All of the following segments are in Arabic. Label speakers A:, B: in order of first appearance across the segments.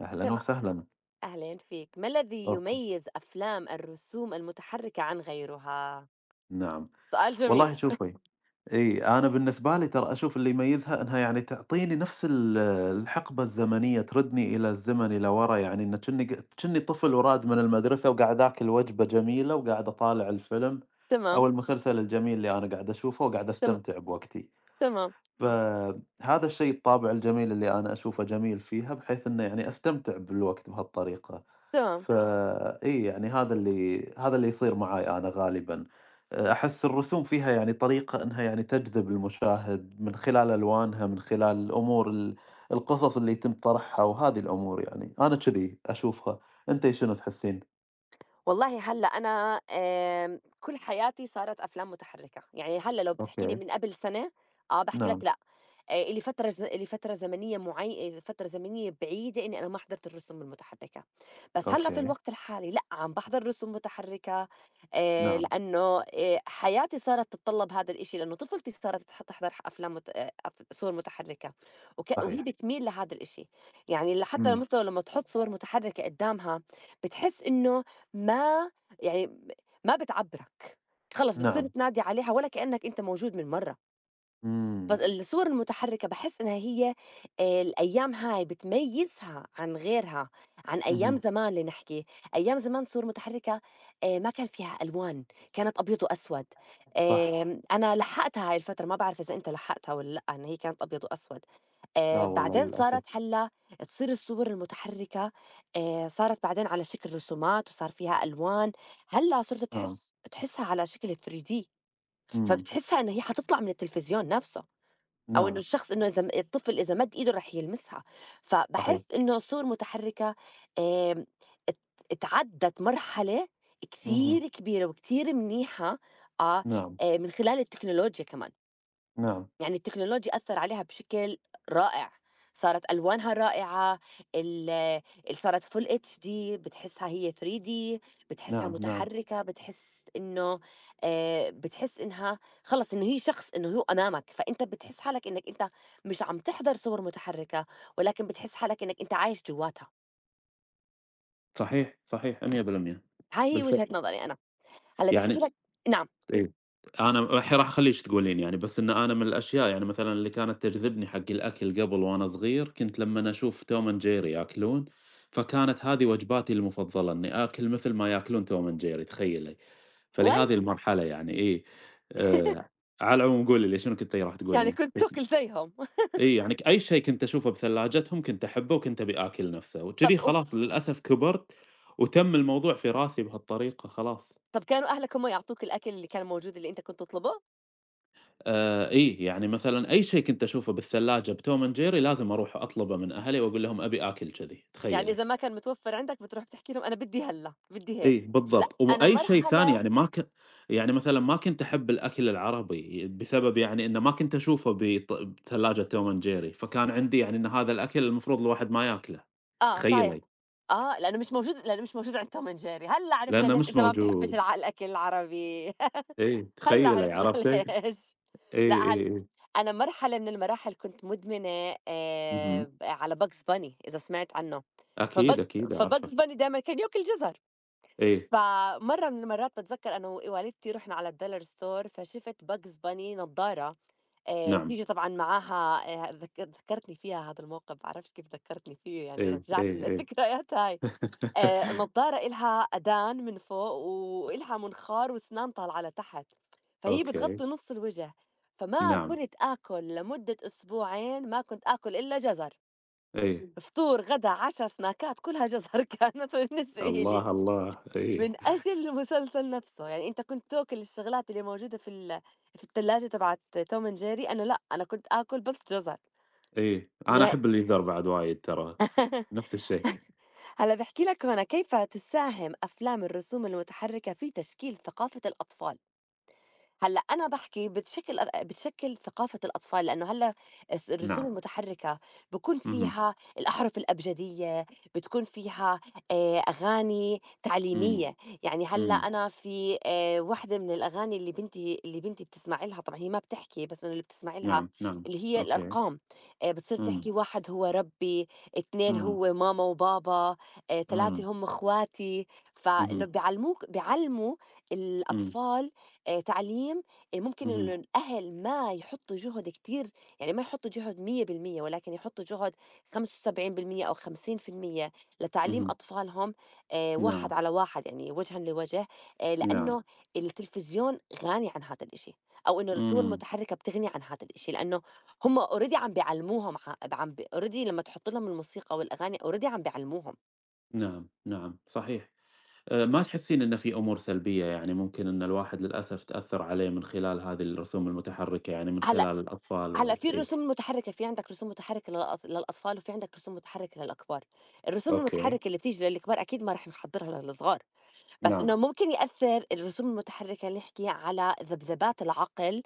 A: أهلًا
B: تما.
A: وسهلًا.
B: أهلين فيك، ما الذي
A: أوكي.
B: يميز أفلام الرسوم المتحركة عن غيرها؟
A: نعم.
B: سؤال
A: والله
B: جميل.
A: شوفي، إي، أنا بالنسبة لي ترى أشوف اللي يميزها إنها يعني تعطيني نفس الحقبة الزمنية، تردني إلى الزمن إلى ورا، يعني إن كأني طفل وراد من المدرسة وقاعد آكل وجبة جميلة وقاعد أطالع الفيلم أو
B: تمام.
A: المسلسل الجميل اللي أنا قاعد أشوفه وقاعد
B: تمام.
A: أستمتع بوقتي.
B: تمام.
A: فهذا الشيء الطابع الجميل اللي أنا أشوفه جميل فيها، بحيث إنه يعني أستمتع بالوقت بهالطريقة.
B: تمام.
A: فإي يعني هذا اللي يصير معاي أنا غالبًا، أحس الرسوم فيها يعني طريقة إنها يعني تجذب المشاهد من خلال ألوانها، من خلال الأمور ال القصص اللي يتم طرحها وهذه الأمور يعني، أنا كذي أشوفها، أنتِ شنو تحسين؟
B: والله هلّأ أنا، كل حياتي صارت أفلام متحرّكة، يعني هلّأ لو بتحكي لي
A: أوكي،
B: من قبل سنة آه، باحكي
A: نعم،
B: لك لأ. إلي فترة ز إلي فترة زمنية معي فترة زمنية بعيدة إني أنا ما حضرت الرسوم المتحرّكة، بس هلّأ في
A: أوكي،
B: الوقت الحالي لأ، عم باحضر رسوم متحرّكة،
A: نعم،
B: لإنه حياتي صارت تتطلّب هذا الإشي لإنه طفولتي صارت تح تحضر ح أفلام مت أف صور متحرّكة. وهي
A: صحيح،
B: بتميل لهذا الإشي، يعني حتى
A: إمم،
B: مثلًا لمّا تحُط صور متحرّكة قدّامها بتحس إنه، ما يعني م ما بتعبّرك، خلص بتصير
A: نعم،
B: تنادي عليها ولا كإنّك أنت موجود من مرّة.
A: إمم،
B: فالصور المتحركة باحس إنها هي، الأيام هاي بتميّزها عن غيرها، عن أيام
A: اهم،
B: زمان لنحكي. أيام زمان صور متحركة ما كان فيها ألوان، كانت أبيض وأسود.
A: صح،
B: أنا لحّقتها هاي الفترة، ما باعرف إذا أنت لحّقتها والّا لأ، إن هي كانت أبيض وأسود.
A: لا والله
B: بعدين
A: للأسف،
B: صارت هلّأ تصير الصور المتحرّكة، صارت بعدين على شكل رسومات وصار فيها ألوان. هلّأ صرت
A: نعم،
B: تحس تحسّها على شكل 3D،
A: إمم،
B: فبتحسّها إنه هي حتطلع من التلفزيون نَفْسه، أو إنه
A: نعم،
B: الشخص، إنه إذا الطفل إذا مَد إيده رح يلمسها.
A: صحيح،
B: فباحس إنه الصور المتحرّكة، آمم ات اتعدّت مرحلة
A: اهم،
B: كتير كبيرة وكتير منيحة. آه،
A: نعم،
B: من خلال التكنولوجيا كمان.
A: نعم،
B: يعني التكنولوجيا أثّر عليها بشكل رائع، صارت ألوانها رائعة، ال ال صارت Full HD، بتحسّها هي 3D، بتحسّها
A: نعم، نعم.
B: متحرّكة، بتحس إنه، بتحس إنها خلص إنه هي شخص، إنه هو أمامك، فأنت بتحس حالك إنّك أنت مش عم تحضر صور متحرّكة، ولكن بتحس حالك إنّك أنت عايش جوّاتها.
A: صحيح، صحيح، 100%.
B: هاي هي وجهة
A: بالفعل،
B: نظري أنا. هلّأ باحكي
A: يعني
B: لك. نعم.
A: أيوه، أنا الحين راح أخلّيكِ تقولين يعني، بس إن أنا من الأشياء يعني مثلًا اللي كانت تجذبني حق الأكل قبل وأنا صغير، كنت لمّن أشوف Tom and Jerry ياكلون، فكانت هذه وجباتي المفضلة، إني آكل مثل ما ياكلون Tom and Jerry تخيّلي،
B: well.
A: فلهذه المرحلة يعني إيه، آآ، على العموم قولي لي شنو كنتِ إيه راح
B: يعني
A: تقولين؟
B: كنت تُكل زيهم.
A: إي، يعني ك أي شيء كنت أشوفه بثلاجتهم كنت أحبه وكنت أبي آكل نفسه،
B: طَب
A: وجذي
B: و.
A: خلاص للأسف كبرت وتم الموضوع في راسي بهالطريقة خلاص.
B: طَب كانوا أهلك هم يعطوك الأكل اللي كان موجود اللي أنت كنت تطلبه؟
A: إي، يعني مثلًا أي شيء كنت أشوفه بالثلاجة بTom and Jerry لازم أروح أطلبه من أهلي وأقول لهم أبي آكل جذي،
B: يعني
A: تخيلي!
B: إذا ما كان متوفّر عندك بتروح بتحكي لهم أنا بدّي هلّأ، بدّي
A: إي،
B: هيك. لأ
A: بالضبط،
B: أنا
A: وأي شيء ثاني
B: مرحلة.
A: يعني ما ك يعني مثلًا ما كنت أحب الأكل العربي بسبب يعني إنه ما كنت أشوفه بثلاجة Tom and Jerry، فكان عندي يعني إن هذا الأكل المفروض الواحد ما ياكله،
B: آه صحيح.
A: تخيلي!
B: آه لأنه مش موجود، لأنه مش موجود عند توم أند جيري. هلّأ عرفنا
A: لأنه
B: ليش
A: مش
B: أنت ما بتحبّش
A: موجود.
B: الأكل العربي.
A: إيه،
B: هلّأ
A: تخيّلي
B: عرفنا
A: عرفتِ؟ إيه،
B: ليش. لأ
A: إيه، إيه،
B: أنا مرحلة من المراحل كنت مدمنة
A: اهم،
B: ب على Bugs Bunny، إذا سمعت عنّه.
A: أكيد،
B: فBugs
A: أكيد
B: فBugs
A: عارفة،
B: Bunny دايمًا كان ياكل جزر.
A: إيه،
B: فمرّة من المرّات باتذكّر أنا ووالدتي رُحنا على الدولار ستور، فشِفت Bugs Bunny نضّارة،
A: نعم،
B: بتيجي طبعًا معاها. ذك ذكّرتني فيها هذا الموقف، ما باعرفش كيف ذكّرتني فيه، يعني
A: إيه،
B: رجّعتني
A: إيه، إيه،
B: للذكريات هاي. النضارة إلها أدان من فوق وإلها منخار وأسنان طالعة لتحت، فهي
A: أوكي،
B: بتغطّي نُص الوجه. فما
A: نعم،
B: كنت آكُل لمدة أسبوعين، ما كنت آكُل إلا جزر.
A: إيه،
B: فطور، غدا، عشا، سناكات، كلها جزر كانت بالنسبة إلي.
A: الله، الله،
B: من
A: إيه،
B: أجل المسلسل نفسه. يعني أنت كنت تاكل الشغلات اللي موجودة في في التلاجة تبعة توم and جيري، أنا لأ، أنا كنت آكل بس جزر.
A: إيه، أنا
B: يه.
A: أحب الجزر بعد وايد ترى، نفس الشيء،
B: هلّأ باحكي لك هنا، كيف تساهم أفلام الرسوم المتحركة في تشكيل ثقافة الأطفال؟ هلأ أنا باحكي بتشكل بتشكل ثقافة الأطفال، لإنه هلأ الرسوم
A: نعم،
B: المتحركة بيكون
A: اهم،
B: فيها الأحرف الأبجدية، بتكون فيها أغاني
A: إمم،
B: تعليمية. يعني هلأ
A: إمم،
B: أنا في واحدة من الأغاني اللي بنتي بتسمع لها، طبعًا هي ما بتحكي بس إنه اللي بتسمع لها،
A: نعم، نعم،
B: اللي هي
A: أوكي،
B: الأرقام. بتصير
A: إمم،
B: تحكي 1 هو ربي، 2
A: إمم،
B: هو ماما وبابا، 3
A: إمم،
B: هم أخواتي. فإنه
A: اهم،
B: بيعلموا
A: إمم،
B: الأطفال، تعليم ممكن
A: اهم،
B: الأهل ما يحطّوا جُهد كتير، يعني ما يحطّوا جُهد 100%، ولكن يحطّوا جُهد 75% أو 50% لتعليم
A: اهم،
B: أطفالهم، واحد
A: نعم،
B: على واحد يعني وجهًا لوجه،
A: نعم،
B: لإنه التلفزيون غني عن هذا الإشي، أو إنه الصور
A: إمم،
B: المتحرّكة بتغني عن هذا الإشي، لإنه هم already عم بيعلّموهم، ع عم ب already لمّا تحُط لهم الموسيقى والأغاني already عم بيعلّموهم.
A: نعم، نعم، صحيح. ما تحسين إن في أمور سلبية يعني ممكن إن الواحد للأسف تأثّر عليه من خلال هذه الرسوم المتحركة، يعني من
B: هلأ
A: خلال الأطفال
B: هلأ
A: وال
B: في
A: أيوه،
B: الرسوم المتحركة، في عندك رسوم متحركة للأطفال، وفي عندك رسوم متحركة للكبار. الرسوم
A: أوكي،
B: المتحركة اللي بتيجي للكبار أكيد ما راح نحضّرها للصغار. بس
A: نعم،
B: إنه ممكن يأثّر الرسوم المتحرّكة اللي نحكي على ذبذبات العقل،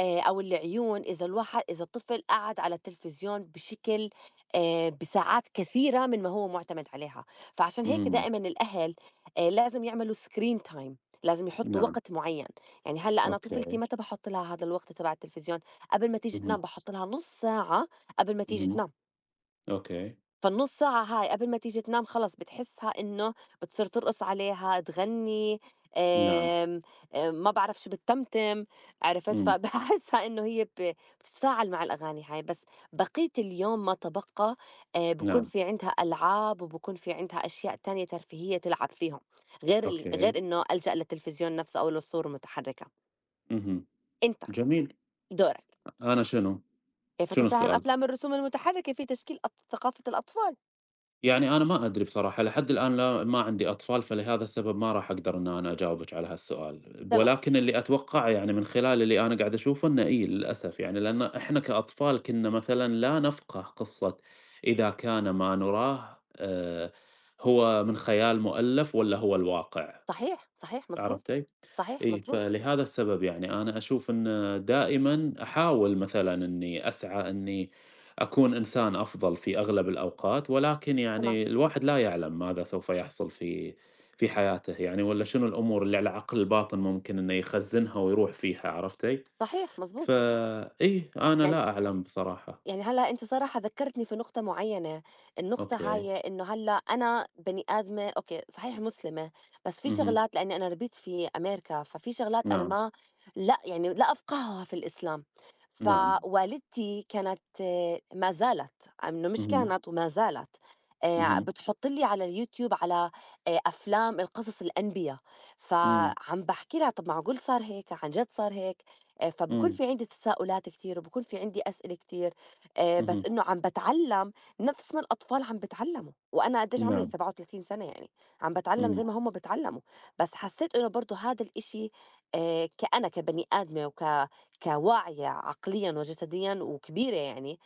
B: أو العيون، إذا الواحد، إذا الطفل قعد على التلفزيون بشكل، بساعات كثيرة من ما هو مُعتمد عليها. فعشان هيك
A: إمم،
B: دائمًا الأهل، لازم يعملوا screen time، لازم يحطّوا
A: نعم،
B: وقت معيّن. يعني هلّأ أنا طفلتي
A: أوكي،
B: متى باحُط لها هذا الوقت تبع التلفزيون، قبل ما تيجي
A: اهم،
B: تنام باحُط لها نُص ساعة قبل ما تيجي
A: اهم،
B: تنام.
A: أوكي،
B: فالنُص ساعة هاي قبل ما تيجي تنام خلص بتحسّها إنه بتصير ترقص عليها، تغنّي،
A: نعم،
B: آمم، ما بعرف شو بتتمتم، عرفت؟
A: إمم،
B: فباحسّها إنه هي ب بتتفاعل مع الأغاني هاي، بس بقية اليوم ما تبقى، بكون
A: نعم،
B: في عندها ألعاب وبكون في عندها أشياء تانية ترفيهية تلعب فيهم، غير ال
A: أوكي،
B: غير إنه ألجأ للتلفزيون نفسه أو للصور المتحركة.
A: اهم،
B: أنت
A: جميل،
B: دورك،
A: أنا شنو؟
B: كيف
A: شنو
B: تساهم
A: السؤال؟
B: أفلام الرسوم المتحركة في تشكيل ثقافة الأطفال؟
A: يعني أنا ما أدري بصراحة، لحد الآن لا ما عندي أطفال، فلهذا السبب ما راح أقدر إن أنا أجاوبِك على هالسؤال،
B: تما.
A: ولكن اللي أتوقعه يعني من خلال اللي أنا قاعد أشوفه إنه إي للأسف يعني، لأن إحنا كأطفال كنا مثلًا لا نفقه قصة إذا كان ما نراه هو من خيال مؤلف والّا هو الواقع،
B: صحيح، صحيح،
A: عرفتِ؟
B: مضبوط. صحيح،
A: إي،
B: مضبوط.
A: فلهذا السبب يعني أنا أشوف إن دائمًا أحاول مثلًا إني أسعى إني أكون إنسان أفضل في أغلب الأوقات، ولكن
B: طبعًا.
A: يعني الواحد لا يعلم ماذا سوف يحصل في في حياته يعني والّا شنو الأمور اللي على عقل الباطن ممكن إنه يخزنها ويروح فيها عرفتِ؟
B: صحيح، مضبوط.
A: فإي، أنا
B: يعني
A: لا أعلم بصراحة.
B: يعني هلّا أنتِ صراحة ذكّرتني في نقطة معيّنة، النقطة
A: أوكي.
B: هاي إنه هلّا أنا بني آدمة، أوكي، صحيح مسلمة، بس في
A: اهم.
B: شغلات لإنّي أنا ربيت في أمريكا، ففي شغلات أنا
A: نعم،
B: ما، لأ يعني لا أفقهها في الإسلام.
A: نعم.
B: فوالدتي كانت آه، ما زالت، إنه مش
A: اهم،
B: كانت وما زالت،
A: اهم.
B: بتحُط لي على اليوتيوب على، أفلام القصص الأنبيا.
A: إمم،
B: فعم باحكي لها طَب معقول صار هيك، عن جد صار هيك؟ فبكون
A: إمم،
B: في عندي تساؤلات كتير وبكون في عندي أسئلة كتير. بس
A: اهم.
B: إنه عم باتعلّم نفس ما الأطفال عم بتعلّموا، وأنا قديش عمري؟
A: نعم،
B: 37 سَنة يعني، عم باتعلّم
A: إمم،
B: زي ما هُم بيتعلّموا، بس حسّيت إنه برضه هادا الإشي، ك أنا كبني آدمة كواعية عقليًا وجسديًا وكبيرة يعني،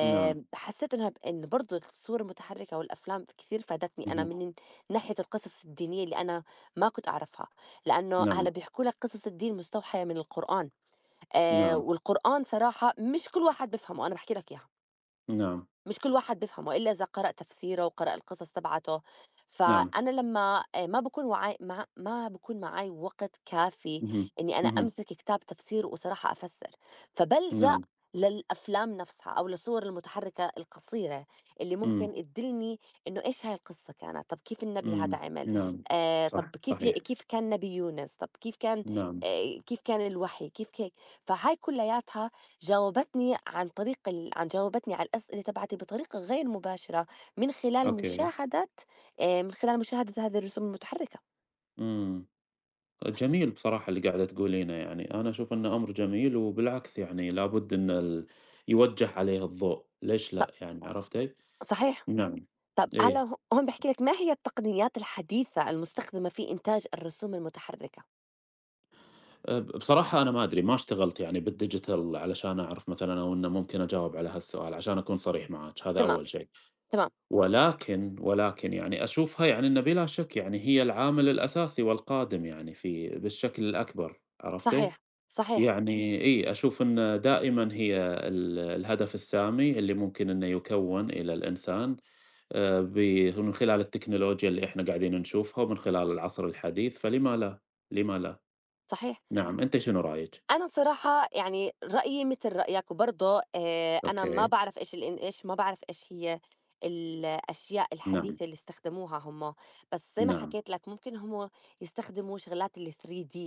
A: نعم،
B: حسّيت إنها إن برضه الصور المتحرّكة والأفلام كتير فادتني أنا
A: اهم.
B: من ناحية القصص الدينية اللي أنا ما كنت أعرفها، لإنه
A: نعم،
B: هلّأ بيحكوا لك قصص الدين مستوحية من القرآن.
A: نعم،
B: والقرآن صراحة مش كل واحد بيفهمه، أنا باحكي لك إياها.
A: نعم.
B: مش كل واحد بيفهمه إلا إذا قرأ تفسيره وقرأ القصص تبعته.
A: نعم.
B: فأنا لمّا ما باكون وعاي، ما باكون معي وقت كافي
A: اهم،
B: إنّي أنا
A: اهم،
B: أمسك كتاب تفسير وصراحة أفسّر، فبالجأ
A: نعم،
B: للأفلام نفسها أو للصور المتحركة القصيرة اللي
A: إمم،
B: ممكن تدلني إنه إيش هاي القصة كانت، طَب كيف النبي هذا
A: إمم،
B: عمل،
A: نعم،
B: طَب
A: صح،
B: كيف ي
A: صحيح،
B: كيف كان نبي يونس، طَب كيف كان،
A: نعم،
B: كيف كان الوحي، كيف هيك. فهاي كلّياتها جاوبتني عن طريق ال عن جاوبتني على الأسئلة تبعتي بطريقة غير مباشرة من خلال
A: أوكي،
B: مشاهدة، من خلال مشاهدة هذه الرسوم المتحركة.
A: إمم، جميل بصراحة اللي قاعدة تقولينه يعني، أنا أشوف إنه أمر جميل وبالعكس يعني لابد إن ال يوجّه عليه الضوء، ليش
B: ص
A: لأ يعني، عرفتِ؟
B: صحيح.
A: نعم،
B: طب
A: إيه،
B: هلأ هون باحكي لك، ما هي التقنيات الحديثة المستخدمة في إنتاج الرسوم المتحركة؟
A: أ بصراحة أنا ما أدري ما اشتغلت يعني بالdigital علشان أعرف مثلًا أو إنه ممكن أجاوب على هالسؤال، عشان أكون صريح معاك، هذا
B: تمام،
A: أول شيء.
B: تمام.
A: ولكن، ولكن يعني أشوفها يعني إنه بلا شك يعني هي العامل الأساسي والقادم يعني في بالشكل الأكبر، عرفتِ؟
B: صحيح، صحيح،
A: يعني إي، أشوف إنه دائمًا هي الهدف السامي اللي ممكن إنه يُكوّن إلى الإنسان ب من خلال التكنولوجيا اللي إحنا قاعدين نشوفها ومن خلال العصر الحديث، فلِمَ لا؟ لِمَ لا؟
B: صحيح.
A: نعم، أنتِ شنو رأيِك؟
B: أنا صراحة يعني رأيي مثل رأيك، وبرضه أنا ما
A: أوكي،
B: باعرف إيش هي الأشياء
A: نعم،
B: الحديثة اللي استخدموها هم، بس زي ما
A: نعم،
B: حكيت لك ممكن هم يستخدموا شغلات ال3D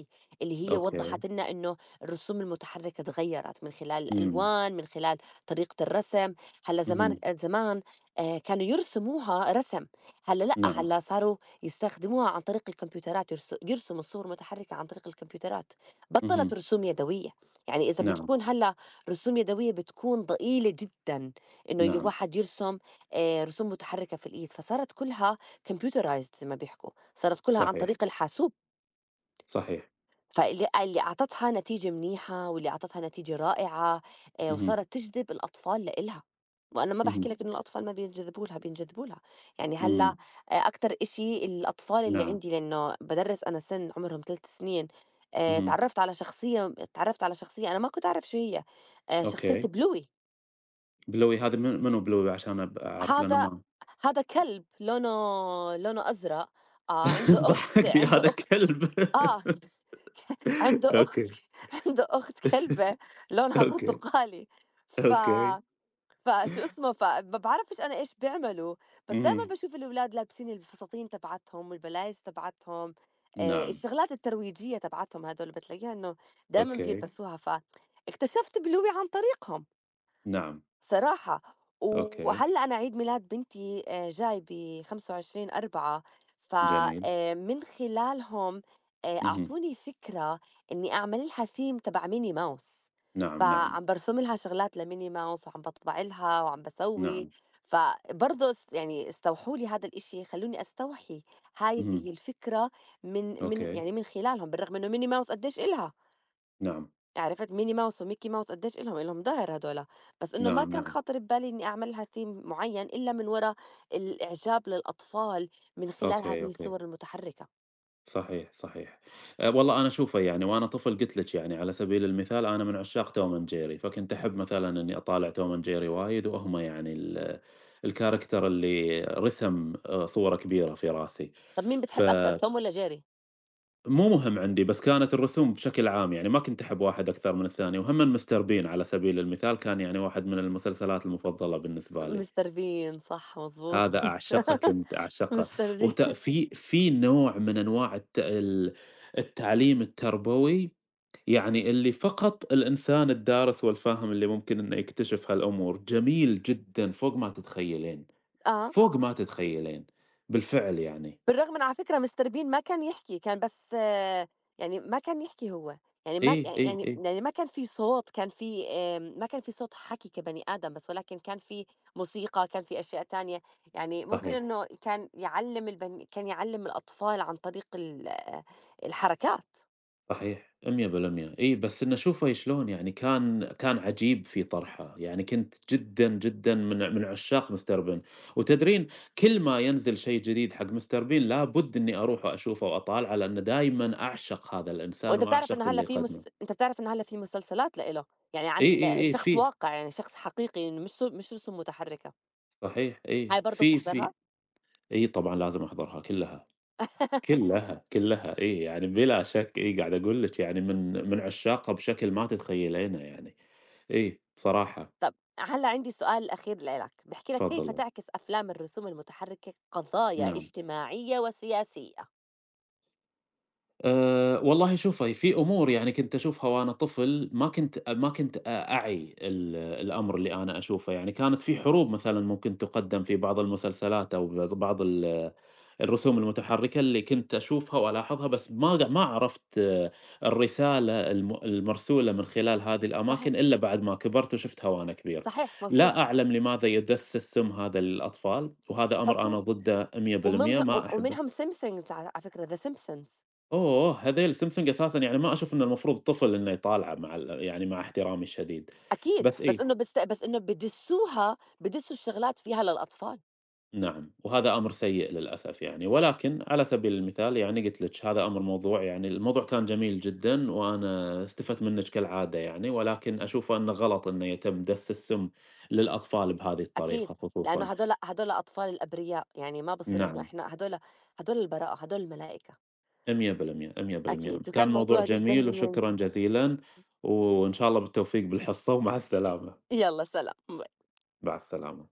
B: اللي هي
A: أوكي،
B: وضّحت لنا إنه الرسوم المتحركة اتغيّرت من خلال
A: إمم،
B: الألوان، من خلال طريقة الرسم. هلّأ
A: اهم،
B: زمان كانوا يرسموها رسم، هلّأ لأ،
A: نعم،
B: هلّأ صاروا يستخدموها عن طريق الكمبيوترات، يرسموا الصور المتحركة عن طريق الكمبيوترات. بطلت
A: اهم،
B: رسوم يدوية، يعني إذا
A: نعم،
B: بتكون هلّأ رسوم يدوية بتكون ضئيلة جدًا إنه
A: نعم،
B: الواحد يرسم رسوم متحركة في الإيد، فصارت كلها computerized زي ما بيحكوا، صارت كلها عن
A: صحيح،
B: طريق الحاسوب.
A: صحيح.
B: فاللي آه، اللي أعطتها نتيجة منيحة واللي أعطتها نتيجة رائعة،
A: اهم،
B: وصارت تجذب الأطفال لإلها. وأنا ما
A: اهم،
B: باحكي لك إنه الأطفال ما بينجذبوا لها، بينجذبوا لها. يعني هلّا
A: إمم،
B: إمم. أكتر إشي الأطفال اللي
A: نعم،
B: عندي لإنه بادرّس أنا، سِن عمرهم 3 سنين،
A: اهم،
B: اتعرّفت على شخصية، أنا ما كنت أعرف شو هي، شخصية
A: أوكي.
B: بلوي.
A: بلوي هذا من منو بلوي عشان أعرف لأنه
B: هذا
A: ما
B: هذا كلب، لونه أزرق. آه،
A: ضحكتني. هذا
B: عنده أخت.
A: كلب.
B: آه. عنده أخت
A: أوكي،
B: عنده أخت كلبة، لونها
A: أوكي،
B: برتقالي. ف
A: أوكي،
B: فشو اسمه، فما بعرفش أنا إيش بيعملوا، بس دايمًا
A: اهم،
B: باشوف الولاد لابسين الفساتين تبعتهم والبلايز تبعتهم،
A: نعم،
B: الشغلات الترويجية تبعتهم هدول بتلاقيها إنه دايمًا
A: أوكي،
B: بيلبسوها. فاكتشفت بلوي عن طريقهم.
A: نعم،
B: صراحة.
A: أوكي،
B: وهلّأ أنا عيد ميلاد بنتي جاي ب25/4. ف
A: جميل،
B: من خلالهم
A: اهم،
B: أعطوني فكرة إنّي أعمل لها theme تبع ميني ماوس.
A: نعم، نعم،
B: فعم بارسم لها شغلات لميني ماوس، وعم باطبع لها، وعم باسوي.
A: نعم،
B: فبرضه استوحوا لي هذا الإشي، خلّوني أستوحي
A: اهم،
B: هذه الفكرة
A: أوكي،
B: من خلالهم، بالرغم إنه ميني ماوس قديش إلها.
A: نعم،
B: عرفت ميني ماوس وميكي ماوس قديش إلهم، إلهم ضهر هدول. بس إنه ما
A: نعم،
B: كان
A: نعم،
B: خاطر ببالي إني أعمل لها theme معيّن إلا من ورا الإعجاب للأطفال من خلال
A: أوكي،
B: هذه
A: أوكي.
B: الصور المتحركة.
A: صحيح، صحيح. أ والله أنا شوفه يعني وأنا طفل قُلت لِك يعني على سبيل المثال أنا من عشاق Tom and Jerry، فكنت أحب مثلًا إني أطالع Tom and Jerry وايد وهم يعني الكاركتر اللي رسم صورة كبيرة في راسي.
B: طَب مين بتحب أكتر،
A: فمو
B: توم والّا جيري؟
A: مهم عندي، بس كانت الرسوم بشكل عام يعني ما كنت أحب واحد أكثر من الثاني، وهمًا Mr. Bean على سبيل المثال كان يعني واحد من المسلسلات المفضلة بالنسبة لي.
B: مستر بين، صح، مضبوط.
A: هذا أعشقه كنت أعشقه،
B: مستر
A: وت
B: بين.
A: في في نوع من أنواع التعليم التربوي، يعني اللي فقط الإنسان الدارس والفاهم اللي ممكن إنه يكتشف هالأمور، جميل جدًا فوق ما تتخيلين،
B: آه.
A: فوق ما تتخيلين، بالفعل يعني.
B: بالرغم من، على فكرة مستر بين ما كان يحكي، كان بس آه، يعني ما كان يحكي هو، يعني ما
A: إيه،
B: يعني
A: إيه،
B: يعني
A: إيه،
B: يعني ما كان في صوت، كان في ما كان في صوت حكي كبني آدم، ولكن كان في موسيقى، كان في أشياء تانية، يعني ممكن
A: صحيح.
B: إنه كان يعلّم الأطفال عن طريق آه، الحركات.
A: صحيح 100%. إي بس إنه شوفه شلون يعني كان عجيب في طرحه، يعني كنت جدًا، جدًا من عشاق مستر بين، وتدرين كل ما ينزل شيء جديد حق مستر بين لابد إني أروح وأشوفه وأطالعه لأنه دايمًا أعشق هذا الإنسان
B: وأنت بتعرف
A: وأعشق
B: إنه هلّأ
A: اللي
B: في
A: يقدمه.
B: أنت بتعرف إنه هلّأ في مسلسلات لإله، يعني عن
A: إي، إي، إي
B: شخص
A: في
B: واقع، يعني شخص حقيقي مش مش رسوم متحركة،
A: صحيح إي،
B: هاي برضه
A: في في
B: بتحضرها؟
A: إي طبعًا لازم أحضرها كلها، كلها، كلها إي، يعني بلا شك إي قاعد أقول لِك يعني من عشاقها بشكل ما تتخيلينه يعني. إي بصراحة.
B: طب هلّا عندي سؤال أخير لإلك، باحكي لك، كيف
A: تفضلي.
B: تعكس أفلام الرسوم المتحركة قضايا
A: نعم.
B: اجتماعية وسياسية؟
A: والله شوفي، في أمور يعني كنت أشوفها وأنا طفل ما كنت أعي الأمر اللي أنا أشوفه، يعني كانت في حروب مثلًا ممكن تُقدّم في بعض المسلسلات أو بعض الرسوم المتحركة اللي كنت أشوفها وألاحظها، بس ما عرفت الرسالة المرسولة من خلال هذه
B: صحيح.
A: الأماكن إلا بعد ما كبرت وشُفتها وأنا كبير.
B: صحيح، مضبوط.
A: لا أعلم لماذا يُدسّس سِم هذا للأطفال، وهذا أمر أنا
B: وحطوه.
A: ضده 100%،
B: ومنها
A: ما
B: ومنهم
A: أحبه.
B: Simpsons، على على فكرة The Simpsons.
A: أوه! هذيل سامسونج أساسًا يعني ما أشوف إن المفروض طفل إنه يطالعه مع ال يعني مع احترامي الشديد،
B: أكيد،
A: بس
B: بس
A: إيه،
B: إنه بس بس إنه بدسّوها بدسّوا الشغلات فيها للأطفال.
A: نعم، وهذا أمر سيء للأسف يعني، ولكن على سبيل المثال يعني قُلت لِك هذا أمر موضوع يعني الموضوع كان جميل جدًا، وأنا استفدت منِك كالعادة يعني، ولكن أشوفه إنه غلط إنه يتم دَس السم للأطفال بهذه الطريقة
B: أكيد، لإنه
A: خصوصًا.
B: هدول أطفال الأبرياء، يعني ما بصير إنه
A: نعم،
B: إحنا هدول، هدول البراءة، هدول الملائكة.
A: 100%، 100%
B: أكيد،
A: كان
B: وكان
A: موضوع
B: موضوع جدًا
A: جميل
B: جميل.
A: وشكرًا جزيلًا، وإن شاء الله بالتوفيق بالحصة ومع السلامة،
B: يالّا سلام.
A: مع السلامة.